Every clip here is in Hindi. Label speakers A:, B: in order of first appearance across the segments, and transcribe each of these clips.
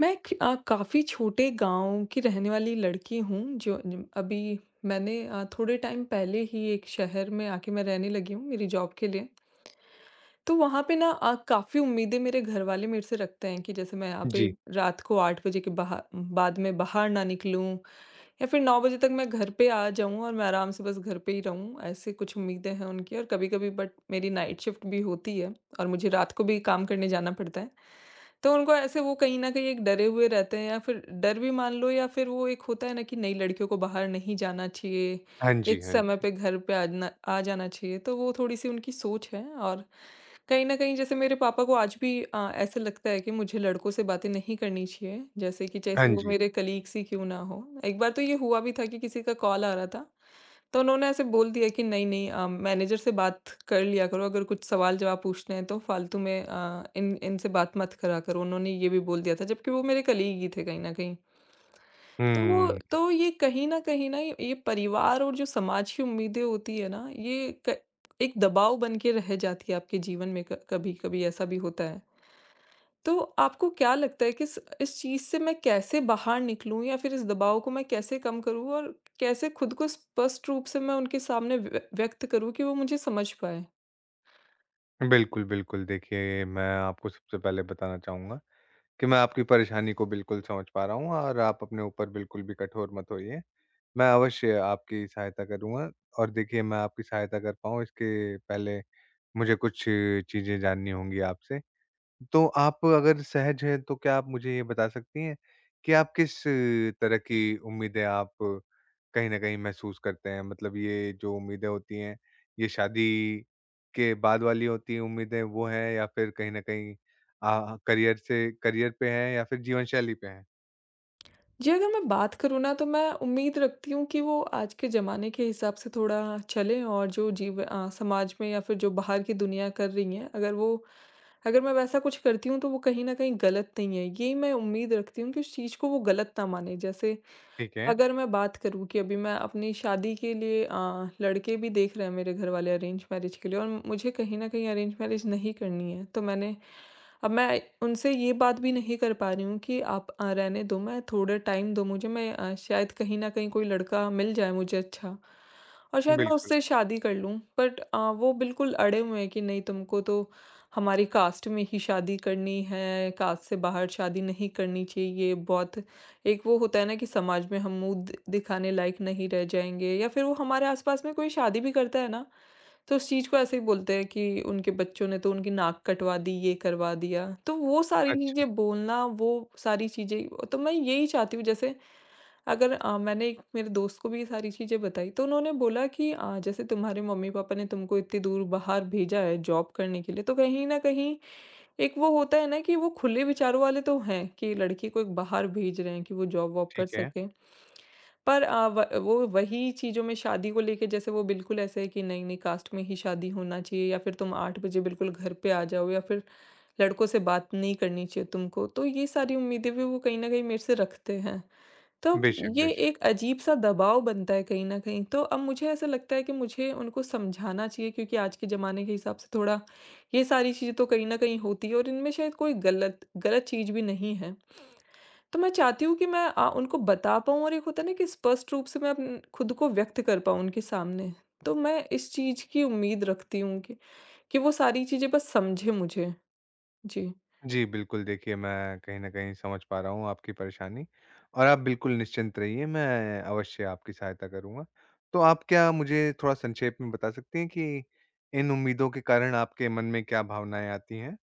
A: मैं एक काफ़ी छोटे गाँव की रहने वाली लड़की हूँ। जो ज अभी मैंने थोड़े टाइम पहले ही एक शहर में आके मैं रहने लगी हूँ मेरी जॉब के लिए। तो वहाँ पे ना काफ़ी उम्मीदें मेरे घरवाले मेरे से रखते हैं कि जैसे मैं यहाँ पे
B: जी।
A: रात को 8 बजे के बाहा बाद में बाहर ना निकलूँ या फिर 9 बजे तक मैं घर पे आ जाऊँ और मैं आराम से बस घर पे ही रहूँ, ऐसे कुछ उम्मीदें हैं उनकी। और कभी-कभी बट मेरी नाइट शिफ्ट भी होती है और मुझे रात को भी काम करने जाना पड़ता है। तो उनको ऐसे वो कहीं न कहीं एक डरे हुए रहते हैं या फिर डर भी मान लो, या फिर वो एक होता है ना कि नहीं, लड़कियों को बाहर नहीं जाना चाहिए,
B: हाँ जी,
A: एक
B: हाँ
A: समय
B: जी।
A: पे घर पे आजना आ जाना चाहिए, तो वो थोड़ी-सी उनकी सोच है। और कहीं न कहीं जैसे मेरे पापा को आज भी ऐसा लगता है कि मुझे लड़कों से बातें नहीं करनी चाहिए, जैसे कि जैसे
B: हाँ
A: वो
B: जी।
A: मेरे कलीग्स ही क्यों ना हो। एक बार तो ये हुआ भी था कि किसी का कॉल आ रहा था, तो उन्होंने ऐसे बोल दिया कि नहीं-नहीं मैनेजर से बात कर लिया करो, अगर कुछ सवाल-जवाब पूछने हैं तो फालतू में इन इनसे बात मत करा करो, उन्होंने ये भी बोल दिया था, जबकि वो मेरे कलीग ही थे कहीं न कहीं। तो वो
B: हुँ।
A: तो ये कहीं न ये ये परिवार और जो समाज की उम्मीदें होती है ना, ये क एक दबाव बन के रह जाती है आपके जीवन में। क कभी-कभी ऐसा भी होता है। तो आपको क्या लगता है कि इस चीज़ से मैं कैसे बाहर निकलूँ या फिर इस दबाव को मैं कैसे कम करूँ, और कैसे खुद को स्पष्ट रूप से मैं उनके सामने व्यक्त करूँ कि वो मुझे समझ पाएँ?
B: बिल्कुल, बिल्कुल। देखिए, मैं आपको सबसे पहले बताना चाहूँगा कि मैं आपकी परेशानी को बिल्कुल समझ पा रहा हूँ और आप अपने ऊपर बिल्कुल भी कठोर मत होइए। मैं अवश्य आपकी सहायता करूँगा और देखिए मैं आपकी सहायता कर पाऊँ इसके पहले मुझे कुछ चीज़ें जाननी होंगी आपसे। तो आप अगर सहज हैं तो क्या आप मुझे ये बता सकती हैं कि आप किस तरह की उम्मीदें आप कहीं न कहीं महसूस करते हैं? मतलब ये जो उम्मीदें होती हैं, ये शादी के बाद वाली होती हैं उम्मीदें वो हैं, या फिर कहीं न कहीं करियर से करियर पे हैं या फिर जीवन शैली पे हैं?
A: जी, अगर मैं बात करूँ ना तो मैं उम्मीद रखती हूँ कि वो आज के ज़माने के हिसाब से थोड़ा चलें, और जो समाज में या फिर जो बाहर की दुनिया कर रही है, अगर मैं वैसा कुछ करती हूँ तो वो कहीं न कहीं गलत नहीं है। ये मैं उम्मीद रखती हूँ कि उस चीज़ को वो गलत ना माने। जैसे
B: ठीक है,
A: अगर मैं बात करूँ कि अभी मैं अपनी शादी के लिए, लड़के भी देख रहे हैं मेरे घर वाले अरेंज मैरिज के लिए, और मुझे कहीं न कहीं अरेंज मैरिज नहीं करनी है। तो मैंने, अब मैं उनसे ये बात भी नहीं कर पा रही हूँ कि आप रहने दो, मैं थोड़ा टाइम दो मुझे, मैं शायद कहीं न कहीं कोई लड़का मिल जाए मुझे अच्छा, और शायद मैं
B: बिल्कुल।
A: उससे शादी कर लूँ। बट वो बिल्कुल अड़े हुए हैं कि नहीं, तुमको तो हमारी कास्ट में ही शादी करनी है, कास्ट से बाहर शादी नहीं करनी चाहिए। बहुत एक वो होता है ना कि समाज में हम मुँह दि दिखाने लायक नहीं रह जाएँगे, या फिर वो हमारे आस-पास में कोई शादी भी करता है ना, तो उस चीज़ को ऐसे ही बोलते हैं कि उनके बच्चों ने तो उनकी नाक कटवा दी, ये करवा दिया। तो वो सारी
B: अच्छा,
A: चीज़ें बोलना, वो सारी चीज़ें तो मैं यही चाहती हूँ। जैसे अगर मैंने एक मेरे दोस्त को भी ये सारी चीज़ें बताई तो उन्होंने बोला कि जैसे तुम्हारे मम्मी-पापा ने तुमको इतनी दूर बाहर भेजा है जॉब करने के लिए, तो कहीं न कहीं एक वो होता है ना कि वो खुले विचारों वाले तो हैं कि लड़की को एक बाहर भेज रहे हैं कि वो जॉब वॉब कर
B: ठीक है।
A: सके, पर वो वही चीज़ों में शादी को लेके जैसे वो बिल्कुल ऐसे है कि नहीं नहीं, कास्ट में ही शादी होना चाहिए, या फिर तुम 8 बजे बिल्कुल घर पे आ जाओ, या फिर लड़कों से बात नहीं करनी चाहिए तुमको। तो ये सारी उम्मीदें भी वो कहीं ना कहीं मेरे से रखते हैं, तो
B: बेशक,
A: ये
B: बेशक।
A: एक अजीब-सा दबाव बनता है कहीं न कहीं। तो अब मुझे ऐसा लगता है कि मुझे उनको समझाना चाहिए, क्योंकि आज के ज़माने के हिसाब से थोड़ा ये सारी चीज़ें तो कहीं न कहीं होती हैं, और इनमें शायद कोई गलत गलत चीज़ भी नहीं है। तो मैं चाहती हूँ कि मैं उनको बता पाऊँ, और एक होता है ना कि स्पष्ट रूप से मैं अपन खुद को व्यक्त कर पाऊँ उनके सामने। तो मैं इस चीज़ की उम्मीद रखती हूँ कि वो सारी चीज़ें बस समझें मुझे। जी।
B: जी, बिल्कुल। देखिए, मैं कहीं न कहीं समझ पा रहा हूँ आपकी परेशानी, और आप बिल्कुल निश्चिंत रहिए, मैं अवश्य आपकी सहायता करूँगा। तो आप क्या मुझे थोड़ा संक्षेप में बता सकती हैं कि इन उम्मीदों के कारण आपके मन में क्या भावनाएँ आती हैं?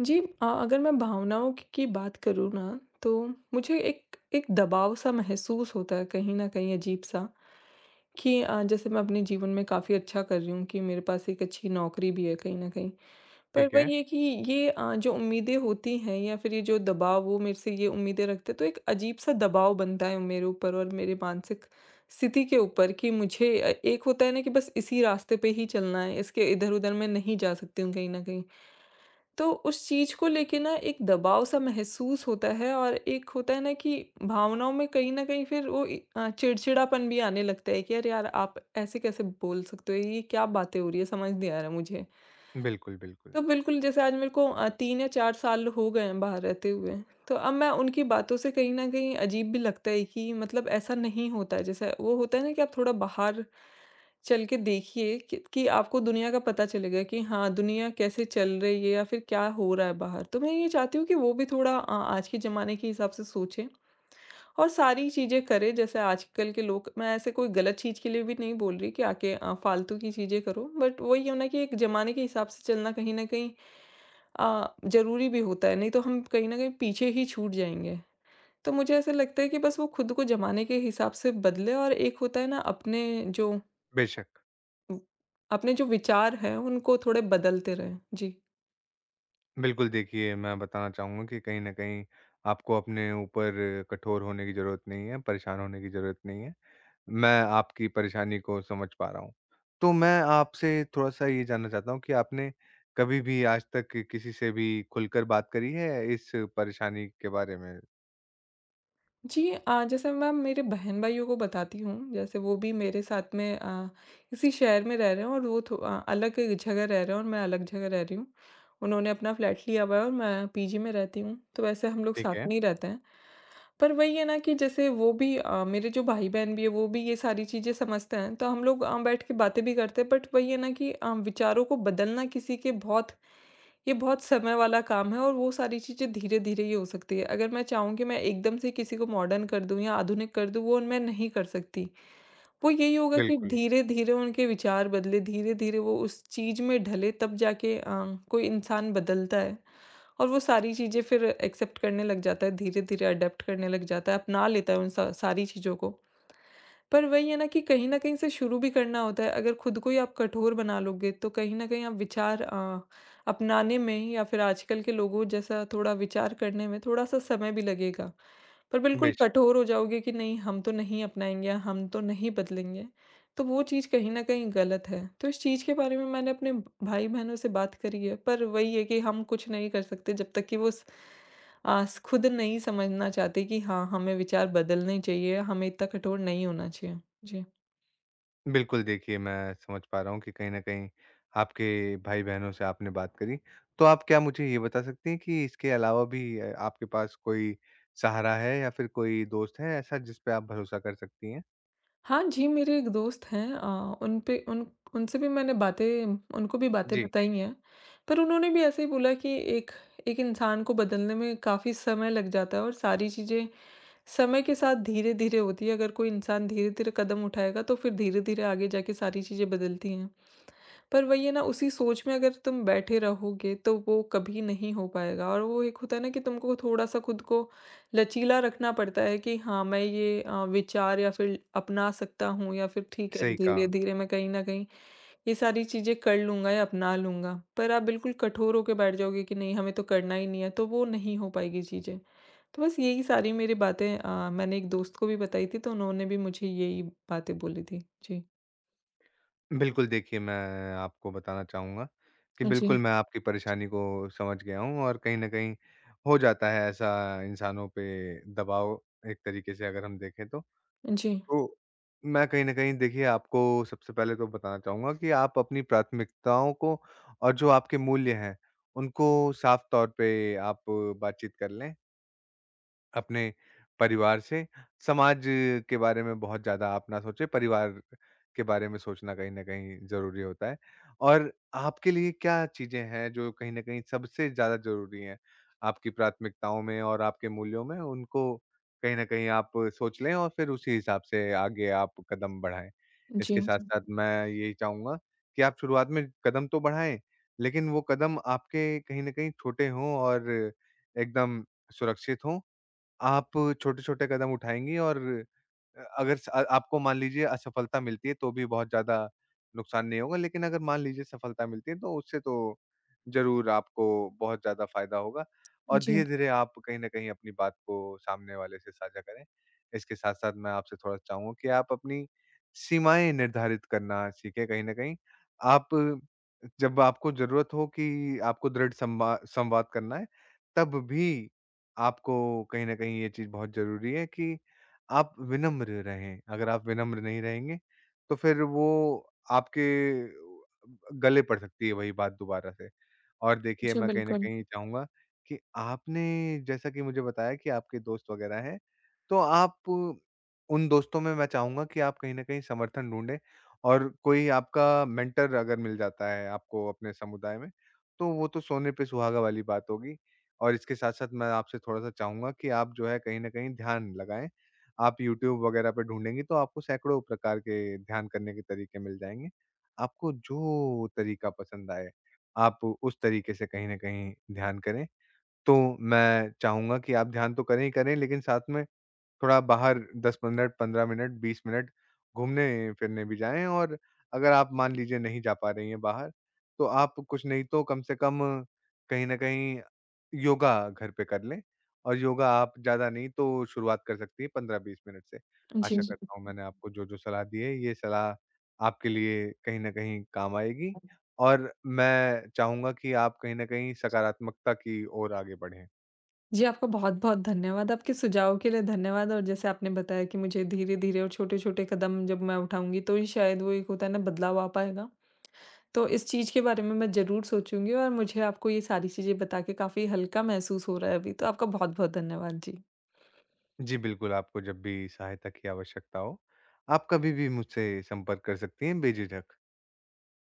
A: जी, अगर मैं भावनाओं की बात करूँ ना, तो मुझे एक एक दबाव-सा महसूस होता है कहीं न कहीं अजीब-सा, कि जैसे मैं अपने जीवन में काफ़ी अच्छा कर रही हूँ, कि मेरे पास एक अच्छी नौकरी भी है कहीं न कहीं। पर
B: ठीक है।
A: वही है कि ये जो उम्मीदें होती हैं, या फिर ये जो दबाव वो मेरे से ये उम्मीदें रखते हैं, तो एक अजीब-सा दबाव बनता है मेरे ऊपर और मेरे मानसिक स्थिति के ऊपर, कि मुझे एक होता है ना कि बस इसी रास्ते पे ही चलना है, इसके इधर-उधर मैं नहीं जा सकती हूँ कहीं न कहीं। तो उस चीज़ को लेके ना एक दबाव सा महसूस होता है, और एक होता है ना कि भावनाओं में कहीं न कहीं फिर वो चिड़चिड़ापन भी आने लगता है, कि अरे यार, आप ऐसे कैसे बोल सकते हो? ये क्या बातें हो रही है, समझ नहीं आ रहा मुझे।
B: बिल्कुल, बिल्कुल।
A: तो बिल्कुल जैसे आज मेरे को 3 या 4 साल हो गए हैं बाहर रहते हुए, तो अब मैं उनकी बातों से कहीं न कहीं अजीब भी लगता है, कि मतलब ऐसा नहीं होता है। जैसे वो होता है ना कि आप थोड़ा बाहर चल के देखिए कि आपको दुनिया का पता चलेगा, कि हाँ, दुनिया कैसे चल रही है या फिर क्या हो रहा है बाहर। तो मैं ये चाहती हूँ कि वो भी थोड़ा आज के ज़माने के हिसाब से सोचें, और सारी चीज़ें करें जैसे आजकल के लोग। मैं ऐसे कोई गलत चीज़ के लिए भी नहीं बोल रही कि आके फ़ालतू की चीज़ें करो। बट वही है ना कि एक ज़माने के हिसाब से चलना कहीं न कहीं ज़रूरी भी होता है, नहीं तो हम कहीं न कहीं पीछे ही छूट जाएँगे। तो मुझे ऐसा लगता है कि बस वो खुद को ज़माने के हिसाब से बदले, और एक होता है ना जो
B: बेशक।
A: उम, अपने जो विचार हैं उनको थोड़े बदलते रहें। जी।
B: बिल्कुल। देखिए, मैं बताना चाहूँगा कि कहीं न कहीं आपको अपने ऊपर कठोर होने की ज़रूरत नहीं है, परेशान होने की ज़रूरत नहीं है। मैं आपकी परेशानी को समझ पा रहा हूँ। तो मैं आपसे थोड़ा-सा ये जानना चाहता हूँ कि आपने कभी भी आज तक किसी से भी खुलकर बात करी है इस परेशानी के बारे में?
A: जी, जैसे मैं मेरे बहन-भाइयों को बताती हूँ, जैसे वो भी मेरे साथ में इसी शहर में रह रहे हैं, और वो अलग जगह रह रहे हैं और मैं अलग जगह रह रही हूँ। उन्होंने अपना फ्लैट लिया हुआ है और मैं पीजी में रहती हूँ, तो वैसे हम लोग
B: ठीक
A: साथ
B: है,
A: में ही रहते हैं। पर वही है ना कि जैसे वो भी मेरे जो भाई-बहन भी हैं, वो भी ये सारी चीज़ें समझते हैं, तो हम लोग बैठ के बातें भी करते हैं। बट वही है ना कि विचारों को बदलना किसी के बहुत, ये बहुत समय वाला काम है, और वो सारी चीज़ें धीरे-धीरे ही हो सकती है। अगर मैं चाहूँ कि मैं एकदम से किसी को मॉडर्न कर दूँ या आधुनिक कर दूँ, वो मैं नहीं कर सकती। वो यही होगा कि
B: बिल्कुल,
A: धीरे-धीरे उनके विचार बदले, धीरे-धीरे वो उस चीज़ में ढले, तब जाके कोई इंसान बदलता है। और वो सारी चीज़ें फिर एक्सेप्ट करने लग जाता है, धीरे-धीरे अडॉप्ट करने लग जाता है, अपना लेता है उन सा सारी चीज़ों को। पर वही है ना कि कहीं न कहीं से शुरू भी करना होता है। अगर खुद को ही आप कठोर बना लोगे, तो कहीं न कहीं आप विचार अपनाने में या फिर आजकल के लोगों जैसा थोड़ा विचार करने में थोड़ा-सा समय भी लगेगा। पर बिल्कुल
B: बेशक।
A: कठोर हो जाओगे कि नहीं, हम तो नहीं अपनाएँगे, हम तो नहीं बदलेंगे, तो वो चीज़ कहीं न कहीं गलत है। तो इस चीज़ के बारे में मैंने अपने भाई-बहनों से बात करी है, पर वही है कि हम कुछ नहीं कर सकते जब तक कि वो स आस खुद नहीं समझना चाहते, कि हाँ, हमें विचार बदलने चाहिए, हमें इतना कठोर नहीं होना चाहिए। जी।
B: बिल्कुल। देखिए, मैं समझ पा रहा हूँ कि कहीं न कहीं आपके भाई-बहनों से आपने बात करी। तो आप क्या मुझे ये बता सकती हैं कि इसके अलावा भी आपके पास कोई सहारा है या फिर कोई दोस्त है ऐसा जिस पे आप भरोसा कर सकती हैं?
A: हाँ जी, मेरे एक दोस्त हैं, उन पे उन उनसे भी मैंने बातें उनको भी बातें
B: जी,
A: बताई हैं, पर उन्होंने भी ऐसे ही बोला कि एक, इंसान को बदलने में काफ़ी समय लग जाता है, और सारी चीज़ें समय के साथ धीरे-धीरे होती है। अगर कोई इंसान धीरे-धीरे कदम उठाएगा, तो फिर धीरे-धीरे आगे जाके सारी चीज़ें बदलती हैं। पर वही है ना, उसी सोच में अगर तुम बैठे रहोगे तो वो कभी नहीं हो पाएगा, और वो एक होता है ना कि तुमको थोड़ा सा खुद को लचीला रखना पड़ता है, कि हाँ, मैं ये विचार या फिर अपना सकता हूँ, या फिर ठीक है
B: सही कहा।
A: धीरे धीरे मैं कहीं ना कहीं ये सारी चीजें कर लूंगा या अपना लूंगा, पर आप बिल्कुल कठोर होकर बैठ जाओगे कि नहीं, हमें तो करना ही नहीं है, तो वो नहीं हो पाएगी चीजें। तो बस यही सारी मेरी बातें, मैंने एक दोस्त को भी बताई थी, तो उन्होंने भी मुझे यही बातें बोली थी। जी।
B: बिल्कुल। देखिए, मैं आपको बताना चाहूँगा कि बिल्कुल
A: जी।
B: मैं आपकी परेशानी को समझ गया हूँ, और कहीं न कहीं हो जाता है ऐसा इंसानों पे दबाव, एक तरीके से अगर हम देखें तो।
A: जी।
B: तो मैं कहीं न कहीं, देखिए, आपको सबसे पहले तो बताना चाहूँगा कि आप अपनी प्राथमिकताओं को और जो आपके मूल्य हैं, उनको साफ तौर पे आप बातचीत कर लें अपने परिवार से। समाज के बारे में बहुत ज़्यादा आप ना सोचें, परिवार के बारे में सोचना कहीं न कहीं ज़रूरी होता है। और आपके लिए क्या चीज़ें हैं जो कहीं न कहीं सबसे ज़्यादा ज़रूरी हैं, आपकी प्राथमिकताओं में और आपके मूल्यों में? उनको कहीं न कहीं आप सोच लें और फिर उसी हिसाब से आगे आप कदम बढ़ाएँ। इसके
A: जी।
B: साथ-साथ मैं यही चाहूँगा कि आप शुरुआत में कदम तो बढ़ाएँ, लेकिन वो कदम आपके कहीं न कहीं छोटे हों और एकदम सुरक्षित हों। आप छोटे-छोटे कदम उठाएँगी और अगर आपको मान लीजिए असफलता मिलती है, तो भी बहुत ज़्यादा नुकसान नहीं होगा, लेकिन अगर मान लीजिए सफलता मिलती है, तो उससे तो ज़रूर आपको बहुत ज़्यादा फ़ायदा होगा, और
A: जी।
B: धीरे-धीरे आप कहीं न कहीं अपनी बात को सामने वाले से साझा करें। इसके साथ-साथ मैं आपसे थोड़ा चाहूँगा कि आप अपनी सीमाएँ निर्धारित करना सीखें कहीं न कहीं। आप, जब आपको ज़रूरत हो कि आपको दृढ़ संवाद करना है, तब भी आपको कहीं न कहीं ये चीज़ बहुत ज़रूरी है कि आप विनम्र रहें। अगर आप विनम्र नहीं रहेंगे, तो फिर वो आपके गले पड़ सकती है वही बात दोबारा से। और देखिए,
A: जी,
B: मैं कहीं न
A: बिल्कुल।
B: कहीं चाहूँगा कि आपने, जैसा कि मुझे बताया कि आपके दोस्त वग़ैरह हैं, तो आप उन दोस्तों में, मैं चाहूँगा कि आप कहीं न कहीं समर्थन ढूँढें, और कोई आपका मेंटर अगर मिल जाता है आपको अपने समुदाय में, तो वो तो सोने पे सुहागा वाली बात होगी। और इसके साथ-साथ मैं आपसे थोड़ा-सा चाहूँगा कि आप जो है कहीं न कहीं ध्यान लगाएँ। आप यूट्यूब वगैरह पे ढूँढेंगी तो आपको सैकड़ों प्रकार के ध्यान करने के तरीके मिल जाएँगे। आपको जो तरीका पसंद आए, आप उस तरीके से कहीं न कहीं ध्यान करें। तो मैं चाहूँगा कि आप ध्यान तो करें ही करें, लेकिन साथ में थोड़ा बाहर 10 मिनट, 15 मिनट, 20 मिनट घूमने-फिरने भी जाएँ, और अगर आप मान लीजिए नहीं जा पा रही हैं बाहर, तो आप कुछ नहीं तो कम से कम कहीं न कहीं योगा घर पे कर लें, और योगा आप ज़्यादा नहीं तो शुरुआत कर सकती हैं 15-20 मिनट से। आशा
A: जी।
B: करता हूँ मैंने आपको जो-जो सलाह दी है, ये सलाह आपके लिए कहीं न कहीं काम आएगी, और मैं चाहूँगा कि आप कहीं न कहीं सकारात्मकता की ओर आगे बढ़ें।
A: जी, आपका बहुत-बहुत धन्यवाद। आपके सुझाव के लिए धन्यवाद। और जैसे आपने बताया कि मुझे धीरे-धीरे और छोटे-छोटे कदम जब मैं उठाऊँगी, तो ही शायद वो एक होता है ना बदलाव आ पाएगा। तो इस चीज़ के बारे में मैं ज़रूर सोचूँगी, और मुझे आपको ये सारी चीज़ें बता के काफ़ी हल्का महसूस हो रहा है अभी। तो आपका बहुत-बहुत धन्यवाद। जी।
B: जी, बिल्कुल, आपको जब भी सहायता की आवश्यकता हो, आप कभी भी मुझसे संपर्क कर सकती हैं बेझिझक।